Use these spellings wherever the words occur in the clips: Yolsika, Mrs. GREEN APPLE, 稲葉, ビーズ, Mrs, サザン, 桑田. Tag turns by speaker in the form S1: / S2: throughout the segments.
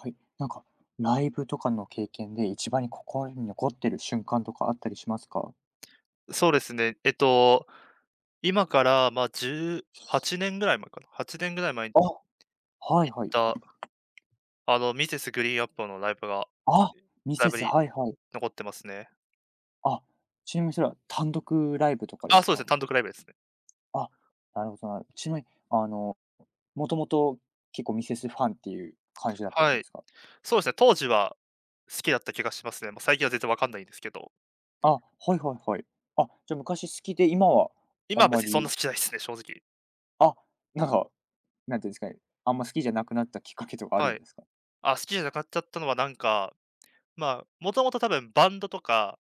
S1: はい。なんか、ライブとかの経験で一番に心に残ってる瞬間とかあったりしますか？
S2: そうですね。今から、まあ、18年ぐらい前かな、8年ぐらい前に
S1: あ、はい
S2: 行っ
S1: はい。
S2: た、あの、ミセスグリーンアップルのライブが、
S1: あ、ミ
S2: ライ
S1: セ
S2: ブ
S1: ス、
S2: に
S1: はいはい。
S2: 残ってますね。
S1: あ、ちなみにそれは単独ライブとかで
S2: あ、
S1: す
S2: そうです
S1: か？
S2: ね、単独ライブですね。
S1: あ、なるほど、なるほど、ちなみに、あの、もともと結構ミセスファンっていう感じだったん
S2: は
S1: で
S2: い。
S1: すか？
S2: そうですね、当時は好きだった気がしますね。まあ最近は全然わかんないんですけど。
S1: あ、はいはいはい。あ、じゃあ昔好きで、今はあ
S2: 今は
S1: ん
S2: 別
S1: ま
S2: にそんな
S1: り、
S2: 好きじゃないですね、正直。
S1: あ、なんか、なんていうんですかね、あんま好きじゃなくなったきっかけとかある
S2: は
S1: ん
S2: い。
S1: ですか？
S2: あ、好きじゃなくなっちゃったのはなんか、まあ、もともと多分バンドとか、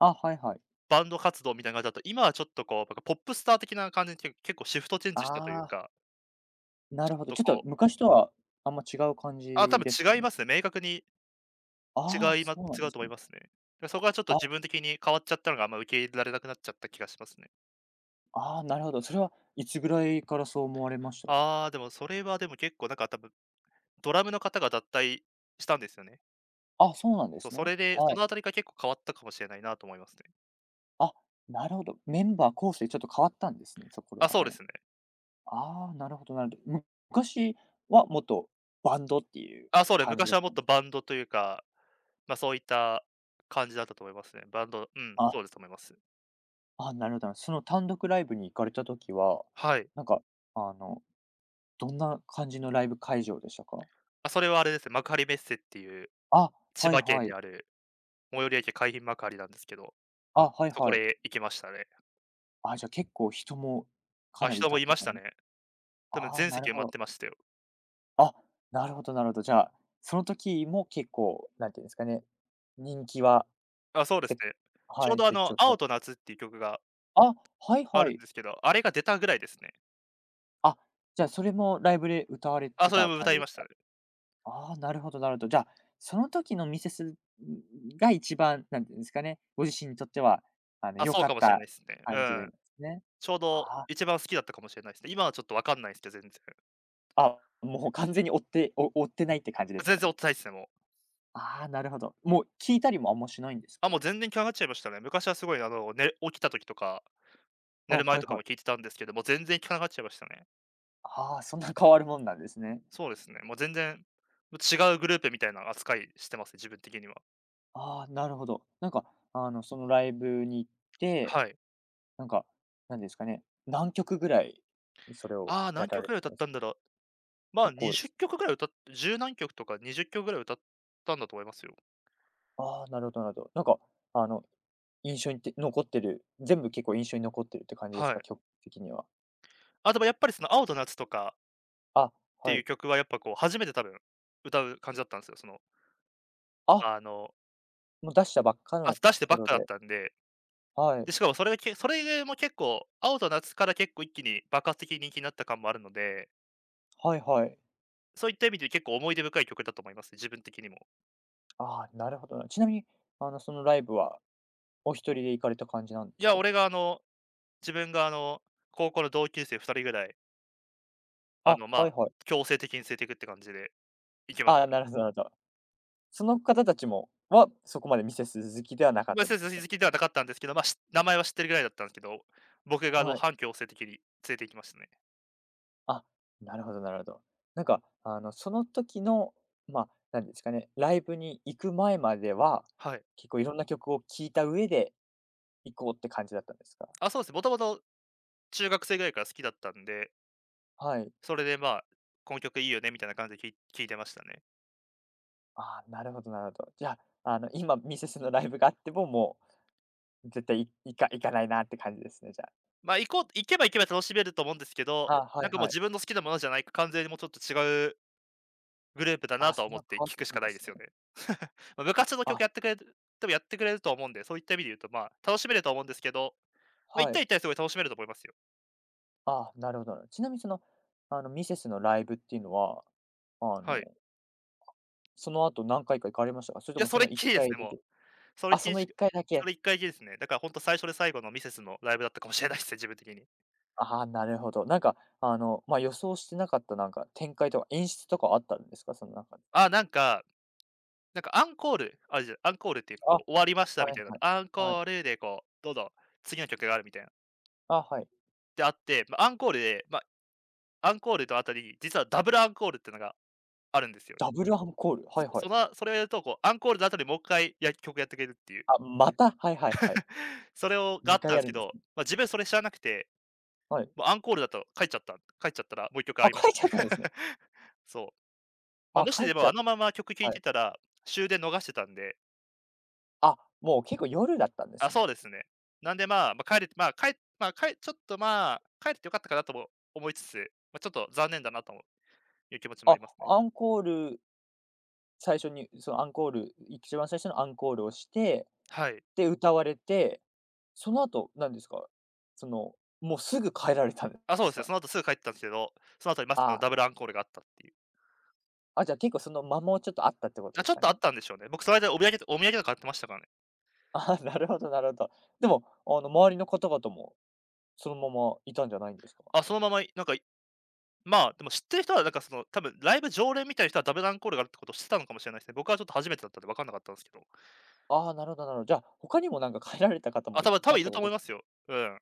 S1: あ、はいはい。
S2: バンド活動みたいな感じだと、今はちょっとこう、なんかポップスター的な感じに、結構シフトチェンジしたという
S1: ああ、
S2: か、
S1: な
S2: ちょ
S1: る
S2: っ
S1: ほど、
S2: と
S1: ちょっと
S2: こう
S1: 昔とはあんま違う感
S2: あ、多
S1: じ
S2: 分
S1: ですか
S2: 違い
S1: ね？
S2: ますね。明確に
S1: ああ、そうなん
S2: 違
S1: で
S2: う
S1: す
S2: と思い
S1: ね。
S2: ますね。で、そこはちょっと
S1: あ、
S2: 自分的に変わっちゃったのが、あんま受け入れられなくなっちゃった気がしますね。
S1: ああ、なるほど。それはいつぐらいからそう思われました？
S2: ああ、でもそれはでも結構なんか多分、ドラムの方が脱退したんですよね。
S1: あ、そうなんで
S2: そう、
S1: す
S2: そ
S1: ね。
S2: れで、そ
S1: はい。
S2: のあたりが結構変わったかもしれないなと思いますね。
S1: あ、なるほど。メンバー構成ちょっと変わったんですね、そこら
S2: あ、そうで
S1: 辺。
S2: すね。
S1: ああ、なるほど、なるほど。昔はもっとバンドっていう
S2: あ、そうで、
S1: 感じ
S2: 昔
S1: だっ
S2: はもっ
S1: たんで
S2: と
S1: すか？
S2: バンドというか、ま、そういった感じだったと思いますね。バンドうん、
S1: あ、
S2: そうだと思います。
S1: あ、なるほどな。その単独ライブに行かれた時は、
S2: はい。
S1: なんか、あの、どんな感じのライブ会場でしたか？
S2: あ、それはあれですね、幕張メッセっていう、
S1: あ、
S2: 千
S1: はい
S2: 葉県
S1: は
S2: に
S1: い。
S2: ある最寄り駅海浜幕張なんですけど、
S1: あ、はい
S2: そこ
S1: はい。
S2: で行きましたね。
S1: あ、じゃあ結構人もか
S2: あ、
S1: なりい
S2: 人
S1: た
S2: も
S1: っ
S2: い
S1: て
S2: まし
S1: 感
S2: た
S1: じ。
S2: ね。多分
S1: ああ、
S2: 全
S1: なる
S2: 席埋
S1: ほ
S2: まっ
S1: ど。
S2: てましたよ。
S1: あ、なるほど、なるほど。じゃあ、その時も結構、なんていうんですかね、人気は、
S2: あ、そうです
S1: ぜ
S2: ね。ちょ
S1: は
S2: う
S1: い、
S2: どあ
S1: 絶
S2: の、
S1: 頂期だ。
S2: 青と夏っていう曲が
S1: あ、はい
S2: あ
S1: は
S2: るん
S1: い。
S2: ですけど、あれが出たぐらいですね。
S1: あ、じゃあそれもライブで歌われ
S2: あ、
S1: て
S2: それ
S1: た
S2: も
S1: 感
S2: 歌
S1: じ
S2: い
S1: で
S2: ま
S1: す
S2: した
S1: か？
S2: ね。
S1: ああー、なるほど、なるほど。じゃあ、その時のミセスが一番、なんていうんですかね、ご自身にとっては、あの、
S2: あ、
S1: 良
S2: そう
S1: かっ
S2: かもしれな
S1: た
S2: いですね。う
S1: 感じ
S2: ん。
S1: ですね。
S2: ちょうど
S1: あ
S2: 一番好きだったかもしれないですね。今はちょっとわかんないですけど、全然。
S1: あ、あ、もう完全に追ってないって感じです
S2: 全
S1: か
S2: 然追
S1: ね？
S2: ってないですね、もう。
S1: ああ、なるほど。もう聞いたりもあんましないんです
S2: あ、
S1: か？
S2: もう全然聞かなくなっちゃいましたね。昔はすごいあの、寝起きた時とか、
S1: あ、
S2: 寝る前
S1: はい
S2: とか
S1: は
S2: も聞い
S1: い。
S2: てたんですけど、もう全然聞かなくなっちゃいましたね。
S1: ああ、そんな変わるもんなんですね。
S2: そうですね、もう全然、違うグループみたいな扱いしてますね、自分的には。
S1: ああ、なるほど。なんか、あの、そのライブに行って、
S2: はい。
S1: なんか、なんですかね、何曲ぐらい、それを
S2: ああ、
S1: や
S2: 何
S1: ら
S2: 曲
S1: れ
S2: ぐらい
S1: て
S2: 歌
S1: た
S2: っ
S1: んで
S2: た
S1: す？
S2: んだろう。まあ、
S1: 結構です。
S2: 20曲ぐらい歌って、10何曲とか20曲ぐらい歌ったんだと思いますよ。
S1: ああ、なるほど、なるほど。なんか、あの、印象に残ってる、全部結構印象に残ってるって感じで
S2: は
S1: すか？
S2: い。
S1: 曲的には。
S2: あ、でもやっぱりその青と夏とか
S1: あ、
S2: って
S1: は
S2: いう
S1: い。
S2: 曲はやっぱこう初めて多分歌う感じだったんですよ。その、
S1: あ、
S2: あの、
S1: もう出したばっか
S2: あ、
S1: の
S2: 出してばっ
S1: 頃
S2: かだっ
S1: で。
S2: たんで、
S1: はい。
S2: で、しかもそれも結構、青と夏から結構一気に爆発的に人気になった感もあるので、
S1: はいはい。
S2: そういった意味で結構思い出深い曲だと思います、自分的にも。
S1: ああ、なるほどな。ちなみに、あの、そのライブはお一人で行かれた感じなんで
S2: い
S1: す
S2: や、
S1: か？
S2: 俺があの、自分があの、高校の同級生2人ぐらい、あ
S1: あ、
S2: の、ま
S1: はい
S2: あ、
S1: はい。
S2: 強制的に連れていくって感じで行きまし
S1: ああ、な
S2: た
S1: るほど、なるほど。その方たちもは、そこまでミセス好きではなかっ
S2: まあ、
S1: たん
S2: そ
S1: で
S2: うです、
S1: す
S2: 親
S1: かね？
S2: 戚ではなかったんですけど、まあ、し名前は知ってるぐらいだったんですけど、僕があの、
S1: はい。
S2: 半強制性的に連れて行きましたね。
S1: あ、なるほど、なるほど。なんか、あの、その時の、まあ、なんですかね、ライブに行く前までは、
S2: はい。
S1: 結構いろんな曲を聴いた上で行こうって感じだったんですか？
S2: あ、そうですね、もともと中学生ぐらいから好きだったんで、
S1: はい。
S2: それでまあ、この曲いいよねみたいな感じで聞いてましたね。
S1: ああ、なるほど、なるほど。じゃあ、あの、今ミセスのライブがあっても、もう絶対い行か行かないなって感じですね、じゃあ。
S2: まあ、行こう行けば楽しめると思うんですけど、
S1: あ、は
S2: な
S1: い
S2: んかもう
S1: はい。
S2: 自分の好きなものじゃない、完全にもうちょっと違うグループだ
S1: あ、
S2: なとは
S1: そん
S2: 思っ
S1: な
S2: て
S1: 変わっ
S2: 聞
S1: て
S2: くし
S1: たん
S2: かな
S1: で
S2: いで
S1: す
S2: すよ
S1: ね。
S2: ね。ま、部活の曲
S1: あ、
S2: やってくれるでもやってくれると思うんで、そういった意味で言うと、まあ、楽しめると思うんですけど、まあ、一
S1: はい。
S2: 対一はすごい楽しめると思いますよ。
S1: あ、なるほどな。ちなみにその、あの、ミセスのライブっていうのは、あ
S2: はい。
S1: の、その後何回か行かれましたか？それ
S2: い
S1: と
S2: や、
S1: も
S2: そ
S1: そ
S2: れっ
S1: の1
S2: きりです
S1: 回
S2: ね、
S1: だ
S2: もう。
S1: け？
S2: それっ
S1: あ、
S2: き
S1: そ
S2: り
S1: の
S2: し
S1: 1
S2: か
S1: 回だ
S2: そ
S1: け。
S2: れ1回きりですね。だからほんと最初で最後のミセスのライブだったかもしれないですね、自分的に。
S1: ああ、なるほど。なんか、あの、まあ、予想してなかったなんか展開とか演出とかあったんですか？その中で。
S2: あ、なんか、なんかアンコールっていうか、こ
S1: あ、
S2: う終わりました
S1: は
S2: み
S1: い
S2: たいな、
S1: はい。
S2: アン
S1: は
S2: コ
S1: い。
S2: ールでこう、どうど次の曲があるみたいな。
S1: あ、はい。
S2: で、あって、ま、アンコールで、ま、アンコールと後に、実はダブルアンコールってのがあるんですよね。
S1: ダブルアンコール、はいはい。
S2: それをやると、こうアンコールの後にもう一回曲やってくれるっていう。
S1: あ、また、はいはいはい。
S2: それをがあっ
S1: 2回
S2: たん
S1: や
S2: す
S1: る
S2: け
S1: んです
S2: ど、
S1: ね。
S2: ま、自分それ知らなくて、
S1: はい。
S2: もうアンコールだと帰っちゃった書いちゃったらもう一曲あ
S1: あ、
S2: りまし
S1: 帰っ
S2: た
S1: ちゃ
S2: ね。
S1: ったんですね。
S2: そう。まあ、
S1: あ、
S2: もし
S1: 帰っ
S2: で
S1: ち
S2: も、
S1: ゃ
S2: あ
S1: っ
S2: のまま曲聴
S1: た。
S2: い
S1: はい。
S2: てたら、終電逃してたんで
S1: あ、もう結構夜だったんで
S2: あ、
S1: すね。
S2: そうですね。なんで、まあ、まあ、帰れてまあ、かえまあ、かえちょっと、まあ、帰ってよかったかなとも思いつつ、まあ、ちょっと残念だなともいう気持ちもあ
S1: あ、
S2: りますね。
S1: アンコール、最初にそのアンコール、一番最初のアンコールをして、
S2: はい。
S1: で、歌われて、その後、何ですか、その、もうすぐ帰られたんで
S2: あ、そうで
S1: す
S2: すね、
S1: か？
S2: その後すぐ帰ってたんですけど、その後にまさかの
S1: あ
S2: ダブルア
S1: あ、
S2: ンコールがあったっていう。
S1: じゃあ結構その間もちょっとあったってこと
S2: あ、
S1: で
S2: ち
S1: す
S2: ょっ
S1: か
S2: とあっ
S1: ね。
S2: たんでしょうね。僕その間お土産とか買ってましたからね。
S1: ああ、なるほど、なるほど。でも、あの、周りの方々もそのままいたんじゃないんですか？
S2: あ、そのまま、なんか、まあ、でも知ってる人はなんかその、多分ライブ常連みたいな人はダブルアンコールがあるってことを知ってたのかもしれないですね。僕はちょっと初めてだったんで分かんなかったんですけど。
S1: ああ、なるほど、なるほど。じゃあ、他にもなんか帰られた方
S2: あ、
S1: も
S2: 多
S1: い
S2: 分多
S1: た
S2: 分
S1: っ
S2: いる
S1: てこ
S2: と
S1: と
S2: 思
S1: で
S2: い
S1: す。
S2: ますよ。うん。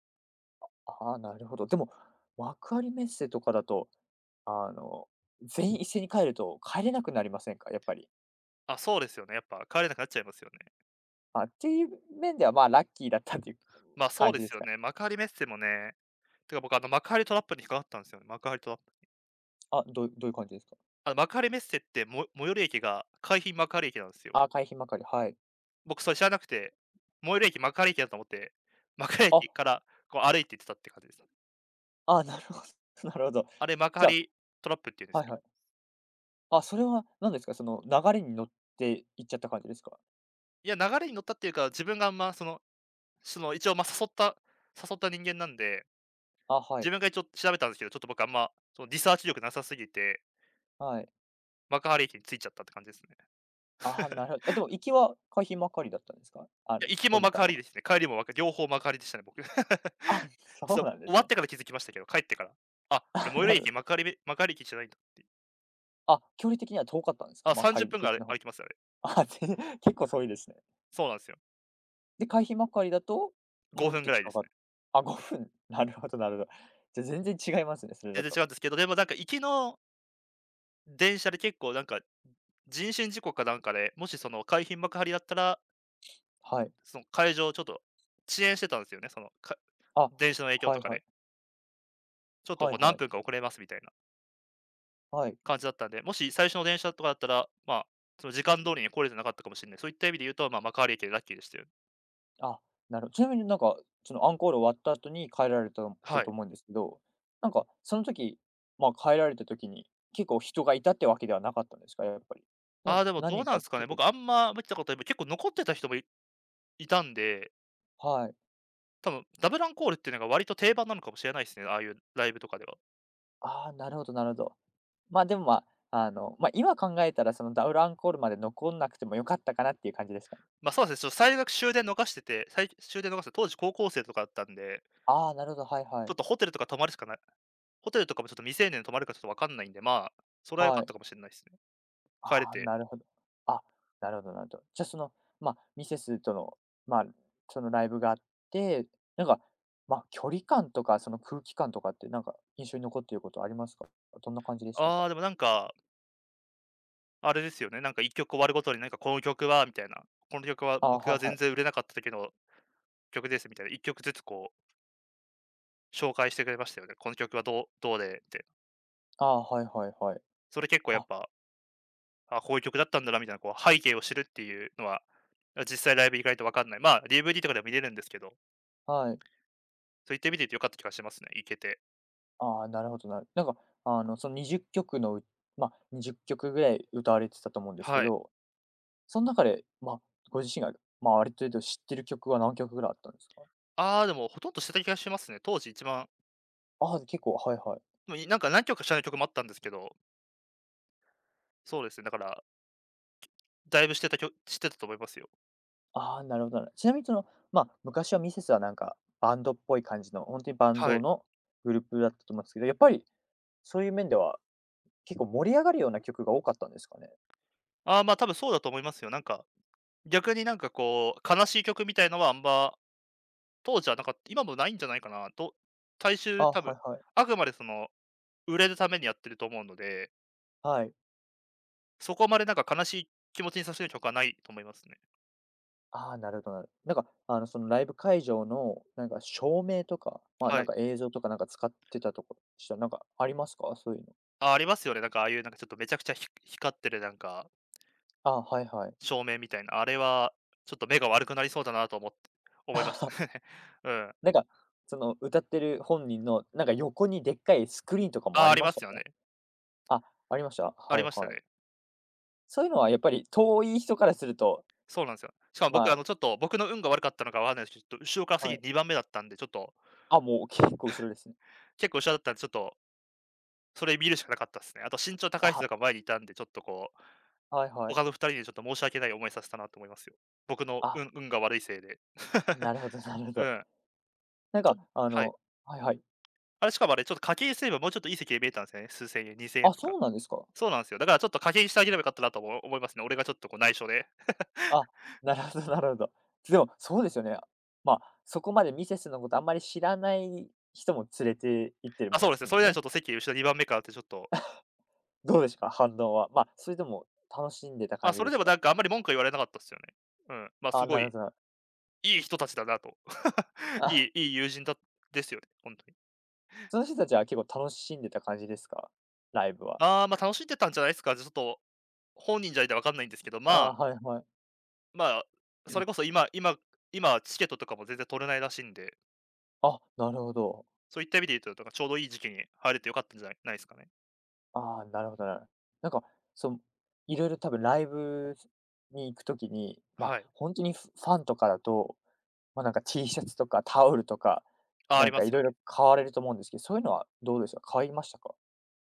S1: ああ、なるほど。でも、幕張メッセとかだと、あの、全員一斉に帰ると帰れなくなりませんか？やっぱり。
S2: あ、そうですよね。やっぱ帰れなくなっちゃいますよね。
S1: あ、っていう面では、まあ、ラッキーだったっていう
S2: まあ、そう
S1: 感
S2: で
S1: じで
S2: す
S1: す
S2: よ
S1: かね。
S2: ね。幕張メッセもね、てか僕あの幕張トラップに引っかかったんですよね。幕張トラップ。
S1: あ、どういう感じですか？
S2: あの幕張メッセっても最寄り駅が海浜幕張駅なんですよ。
S1: あ、海まかり、はい。
S2: 僕それ知らなくて、最寄り駅幕張駅だと思って、幕張
S1: あ、
S2: 駅からこう歩いて行ってたって感じですね
S1: ああ、なるほど。 なるほど。
S2: あれ幕
S1: じゃあ、
S2: 張トラップっていうんです
S1: はい
S2: よ。
S1: はい。あ、それは何ですか？その流れに乗って行っちゃった感じですか？
S2: いや、流れに乗ったっていうか、自分があんまその、その一応ま、誘った人間なんで、
S1: あ、は
S2: 自
S1: い、
S2: 分が一応調べたんですけど、ちょっと僕あんまそのリサーチ力なさすぎて、
S1: はい。
S2: 幕張駅に着いちゃったって感じですね。
S1: あ、なるほど。え、でも行きは海まかりだったんですか？あ
S2: い
S1: の、
S2: や、行きも
S1: 降り
S2: 幕
S1: たの
S2: 張
S1: は。
S2: ですね。帰りも幕張両方幕張でしたね、僕。
S1: あ、そ
S2: そ
S1: う
S2: う、
S1: なんで
S2: 終わ
S1: す
S2: っ
S1: ね。
S2: てから気づきましたけど、帰ってから。あ、これ
S1: あ、
S2: 最寄り
S1: なるほ
S2: 駅
S1: ど。
S2: 幕張駅じゃないんだっていう。
S1: あ、距離的には遠かったんですか？
S2: あ、
S1: 幕
S2: 30
S1: 張
S2: 分ぐら
S1: 駅
S2: い
S1: の方。
S2: 歩きますよ、あれ。
S1: あ、全然結構遠いですね。
S2: そうなんですよ。
S1: で、会費まかりだと、もっ
S2: 5分
S1: と
S2: ぐらいで
S1: 近
S2: す
S1: かっ
S2: ね。
S1: あ、5分、なるほど、なるほど。じゃ、全然違いますね、それ
S2: 全
S1: だ
S2: 然違
S1: と。
S2: うんですけど、でもなんか行きの電車で結構なんか、人身事故かなんかで、もしその海浜幕張だったら、
S1: はい。
S2: その会場ちょっと遅延してたんですよね、その、
S1: あ、
S2: 電車の影響
S1: は
S2: と
S1: い
S2: か
S1: はい。
S2: で。ちょっと
S1: は
S2: こ
S1: い
S2: う何
S1: はい。
S2: 分か遅れますみたいな。
S1: はい。
S2: 感じだったんで、もし最初の電車とかだったら、まあ、その時間通りに来れてなかったかもしれない。そういった意味で言うと、ま、まあ、幕張駅でラッキーでしたよ。
S1: あ、ちなみになんか、そのアンコール終わった後に帰られたた
S2: は
S1: と
S2: い。
S1: 思うんですけど、なんかその時、ま、帰られた時に、結構人がいたってわけではなかったんですか？やっぱり。で
S2: あ
S1: も、
S2: あ、でも
S1: 何
S2: どう
S1: 人
S2: なんで
S1: か
S2: すかね。
S1: 結構い
S2: 僕
S1: て、
S2: あんま見てたことない、結構残ってた人もいたんで、
S1: はい。
S2: 多分ダブルアンコールっていうのが割と定番なのかもしれないですね、ああいうライブとかでは。
S1: ああ、なるほど、なるほど。ま、でも、ま、あの、ま、今考えたらそのダブルアンコールまで残んなくても良かったかなっていう感じですかね？
S2: そうですね、最悪終電逃してて、終電逃して当時高校生とかだったんで、
S1: ああ、なるほど、はいは
S2: ちょ
S1: い。
S2: っとホテルとか泊まるしかないホテルとかもちょっと未成年泊まるかちょっとわかんないんで、まあ、それは良か
S1: は
S2: っ
S1: い。
S2: たかもしれないですね。帰れ
S1: ああ、
S2: て。
S1: なるほど。あ、なるほど、なるほど。じゃあ、その、まあ、ミセスとの、まあ、そのライブがあって、なんか、まあ、距離感とか、その空気感とかってなんか印象に残っていることありますか？どんな感じでした
S2: あ
S1: か？
S2: あ、でもなんかあれですよね、なんか1曲終わるごとになんかこの曲はみたいな、この曲は
S1: ああ、
S2: 僕
S1: は
S2: が
S1: いは
S2: 全然売
S1: い。
S2: れなかった時の曲ですみたいな、1曲ずつこう紹介してくれましたよね。この曲はどうでって。
S1: ああ、はいはいはい。
S2: それ結構やっ
S1: あ、
S2: ぱ、あ、こういう曲だったんだなみたいなこう背景を知るっていうのは、あ、実際ライブ行かないと分かんない。まあ、DVD とかでも見れるんですけど、
S1: はい。
S2: そういった意味で良かった気がしますね、行けて。
S1: ああ、なるほど、なんか、あの、その20曲のまあ、20曲ぐらい歌われてたと思うんですけ
S2: はい。
S1: ど、その中で、まあ、ご自身が、まあ、ある程度知ってる曲は何曲ぐらいあったんですか？
S2: ああ、でもほとんどしてた気がしますね。当時一番、
S1: ああ、結構、はいはい。
S2: でも、なんか何曲か知らない曲もあったんですけど、そうですね、だからだいぶしてたと思いますよ。
S1: ああ、なるほど、なるほど、ちなみにその、まあ、昔はミセスはなんか、バンドっぽい感じの、本当にバン
S2: は
S1: ド
S2: い。
S1: のグループだったと思うんですけど、やっぱりそういう面では、結構盛り上がるような曲が多かったんですかね？
S2: ああ、多分そうだと思いますよ。なんか逆になんかこう、悲しい曲みたいのはあんま、当時はなんかった今もないんじゃないかなと、大衆
S1: あ、
S2: 多
S1: は
S2: 分、
S1: いはい。
S2: あくまでその、売れるためにやってると思うので、
S1: はい。
S2: そこまでなんか悲しい気持ちにさせる曲はないと思いますね。
S1: ああ、なるほど、なるほど、なんか、あの、そのライブ会場の、なんか照明とか、まあ、
S2: は
S1: なん
S2: い。
S1: か映像とかなんか使ってたとこしたらなんかありますか？そういうの。
S2: あ、ありますよね。なんかああいうなんかちょっとめちゃくちゃ光ってるなんか、
S1: あ、はいはい。
S2: 照明みたいな、あれはちょっと目が悪くなりそうだなと思って思いました。うん。
S1: なんか、その歌ってる本人の、なんか横にでっかいスクリーンとかもあ
S2: ああ、
S1: り
S2: り
S1: ま
S2: ま
S1: した
S2: すよね。
S1: か？あ、ありました？
S2: あり
S1: はい
S2: ました
S1: はい。
S2: ね。
S1: そういうのはやっぱり遠い人からすると、
S2: そうなんですよ。しかも
S1: ま
S2: 僕あのちょっと、僕の運が悪かったのかわかんないですけど、ちょっと後ろから
S1: あ、は
S2: 席
S1: い。
S2: 2番目だったんで、ちょっと、
S1: あ、もう結構後ろですね。
S2: 結構後ろだったんで、ちょっとそれ見るしかなかったですね。あと身長高
S1: あ、
S2: い人とか前にいたんで、ちょっとこう、
S1: はいはい。
S2: 他の二人にちょっと申し訳ない思いさせたなと思いますよ。僕の
S1: あ、
S2: 運が悪いせいで。
S1: なるほど、なるほ
S2: う
S1: ど。
S2: ん。
S1: なん
S2: ちょ
S1: か、
S2: っと
S1: あ
S2: はい。
S1: の、はいはい。
S2: しかも、ちょっと課金すればもうちょっといい席で見えたんですよね。数千円、2,000円
S1: あ、
S2: とか。
S1: そうなんですか。
S2: そうなんですよ。だからちょっと課金してあげればよかったなと思いますね。俺がちょっとこう内緒で。
S1: あ、なるほど、なるほど。でも、そうですよね。まあ、そこまでミセスのことあんまり知らない人も連れて行ってる
S2: あ、
S1: もん
S2: そう
S1: で
S2: で
S1: す
S2: すね。そ
S1: も
S2: れ
S1: ん
S2: ではち
S1: ね。
S2: ょっと席後ろ2番目からってちょっと、
S1: どうですか、反応は。まあ、それとも楽しんでた
S2: まあ、
S1: 感じ
S2: それ
S1: で
S2: で
S1: す
S2: も
S1: か？
S2: なんかあんまり文句は言われなかったですよね。うん。まあ、す
S1: あ、
S2: ご
S1: なるほ
S2: い、
S1: どなるほど。
S2: いい人たちだなと。い
S1: あ、
S2: いいい友人だですよね、本当に。
S1: その人たちは結構楽しんでた感じですか？ライブは。
S2: ああ、楽しんでたんじゃないですか。ちょっと本人じゃないんで分かんないんですけど、ま
S1: あ、
S2: あ、
S1: はいはい。
S2: まあ、それこそ今チケットとかも全然取れないらしいんで、
S1: あ、なるほど。
S2: そういった意味で言うと、なんかちょうどいい時期に入れてよかったんじゃないですかね。
S1: ああ、なるほどなるほど。なんか、その、いろいろ多分ライブに行くときに、ま、あ
S2: はい。
S1: 本当にファンとかだと、ま、なんか T シャツとかタオルとか、
S2: あ、あ
S1: な
S2: り
S1: ん
S2: ま
S1: か
S2: す
S1: い
S2: よ
S1: ろいろ
S2: ね。
S1: 買われると思うんですけど、そういうのはどうですか、買いましたか？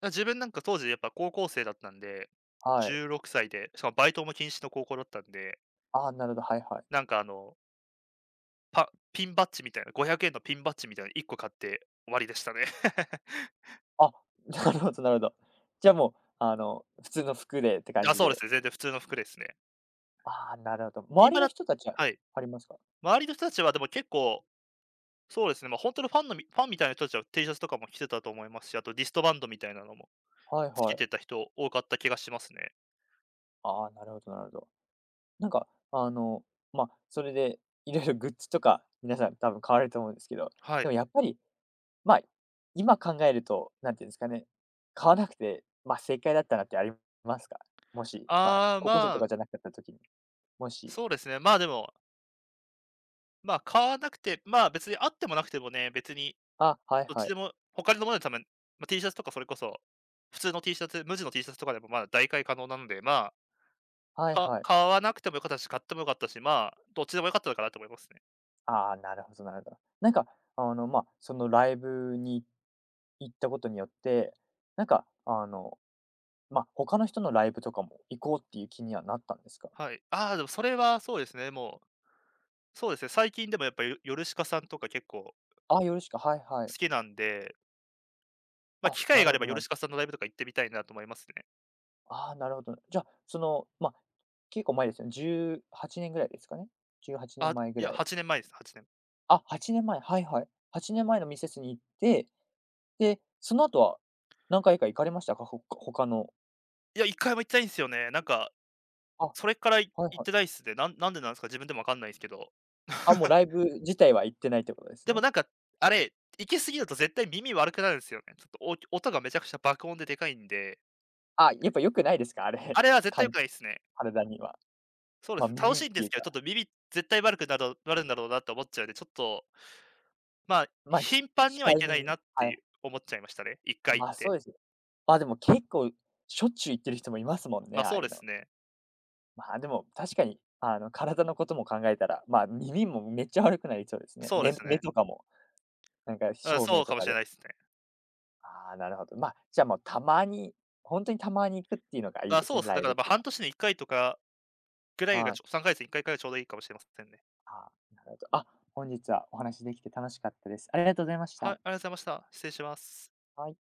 S2: 自分なんか当時やっぱ高校生だったんで、
S1: はい。
S2: 16歳で、しかもバイトも禁止の高校だったんで、
S1: ああ、なるほど、はいはい。
S2: なんかパピンバッジみたいな、500円のピンバッジみたいな1個買って終わりでしたね。
S1: あ、なるほどなるほど。じゃあもう、あの、普通の服でって感
S2: あ、
S1: じ
S2: そうです
S1: で。
S2: ね、全然普通の服ですね。
S1: ああ、なるほど。周
S2: 今
S1: りの
S2: だ
S1: 人たちは
S2: はい。
S1: ありますか？
S2: 周りの人たちはでも結構そうですね、本当にファンみたいな人たちは T シャツとかも着てたと思いますし、あとリストバンドみたいなのも
S1: はい
S2: つけ
S1: は
S2: て
S1: い。
S2: た人多かった気がしますね。
S1: ああ、なるほどなるほど。なんか、あの、まあ、それでいろいろグッズとか、皆さん多分買われると思うんですけど、
S2: は
S1: で
S2: い。
S1: もやっぱり、まあ、今考えると、なんていうんですかね、買わなくて、まあ、正解だったなってありますか？もし、まあ、
S2: ああ、
S1: 高校生
S2: ま
S1: と
S2: あ、
S1: かじゃなかった時に、もし
S2: そうですね、まあ、でも、買わなくて、まあ、別にあってもなくてもね、別に
S1: あ、はい
S2: どっち
S1: はい。
S2: でも他のもので多分、まあ、T シャツとかそれこそ、普通の T シャツ無地の T シャツとかでもまあ、代替可能なので、まあ、
S1: はいはい。
S2: 買わなくてもよかったし、買ってもよかったし、まあ、どっちでもよかったのかなと思いますね。
S1: ああ、なるほどなるほど。なんか、あの、まあ、そのライブに行ったことによって、なんか、あの、まあ、他の人のライブとかも行こうっていう気にはなったんですか？
S2: はい。ああ、でもそれはそうですね、もう、そうですね、最近でもやっぱ、ヨルシカさんとか結構
S1: ああ、よろしく、はいは
S2: 好
S1: い。
S2: きなんで、まあ、
S1: あ、
S2: 機会
S1: な
S2: が
S1: る
S2: あ
S1: ほ
S2: れば
S1: ど
S2: ヨル
S1: な
S2: シカさんのライブとか行ってみたいなと思いますね。
S1: ああ、なるほど。じゃあ、その、まあ、結構前ですよね。18年ぐらいですかね。18年
S2: あ、
S1: 前ぐ
S2: い
S1: ら
S2: や、
S1: い。
S2: 8年前です、8年。
S1: あ、8年前、はいはい。8年前のミセスに行って、で、その後は何回か行かれましたか？他の
S2: いや、1回も行ってないんですよね。なんか、
S1: あ、
S2: それから行
S1: はい
S2: っ
S1: はい。
S2: てないっすね。なんでなんですか、自分でもわかんないですけど。
S1: あ、もうライ ブ自体は行ってないってことです
S2: でも
S1: ね。
S2: なんか、あれ、行き過ぎると絶対耳悪くなるんですよね。ちょっと音がめちゃくちゃ爆音ででかいんで、
S1: あ、やっぱ良くないですか？あれ、
S2: あ れは絶
S1: か
S2: 対良く
S1: ん
S2: ないですね。
S1: 体には。
S2: そうで
S1: まあ、
S2: すね、楽
S1: 耳
S2: し
S1: っ
S2: いんで
S1: てい
S2: す
S1: う
S2: け
S1: か、
S2: ど、ちょっと耳絶対悪くなるんだろうなと思っちゃうんで、ちょっと、まあ、
S1: まあ、ひ
S2: 頻繁には
S1: 控
S2: 行
S1: え
S2: け
S1: め
S2: ない
S1: に、
S2: なって
S1: は
S2: い
S1: い。
S2: う思っちゃいましたね、1回行っ
S1: まあ、そう
S2: て。
S1: ですよ。まあ、でも結構しょっちゅう行ってる人もいますもんね、ああ
S2: そう
S1: いう
S2: で
S1: の。
S2: すね。
S1: まあ、でも確かに、あの、体のことも考えたら、まあ、耳もめっちゃ悪くなりそうですね。
S2: そうで
S1: 目
S2: す
S1: 目
S2: ね。
S1: とかも、なんか
S2: うん、
S1: 照
S2: そ
S1: 明
S2: う
S1: と
S2: かも
S1: か
S2: しれ
S1: で。
S2: ないですね。
S1: ああ、なるほど。まあ、じゃあもうたまに、本当にたまに行くっていうのがいい
S2: あ、
S1: です
S2: そう
S1: ね、
S2: ですね。
S1: ラ
S2: だ
S1: イ
S2: か
S1: ブ
S2: ら
S1: っ
S2: ま、
S1: ていうの
S2: 半
S1: は。
S2: 年に1回とかぐらいが
S1: はい。
S2: 3ヶ月に1回がちょうどいいかもしれませんね。
S1: ああ、なるほど。あ、本日はお話しできて楽しかったです。ありがとうございまし
S2: は
S1: た。
S2: い、ありがとうございました。失礼します。
S1: はい。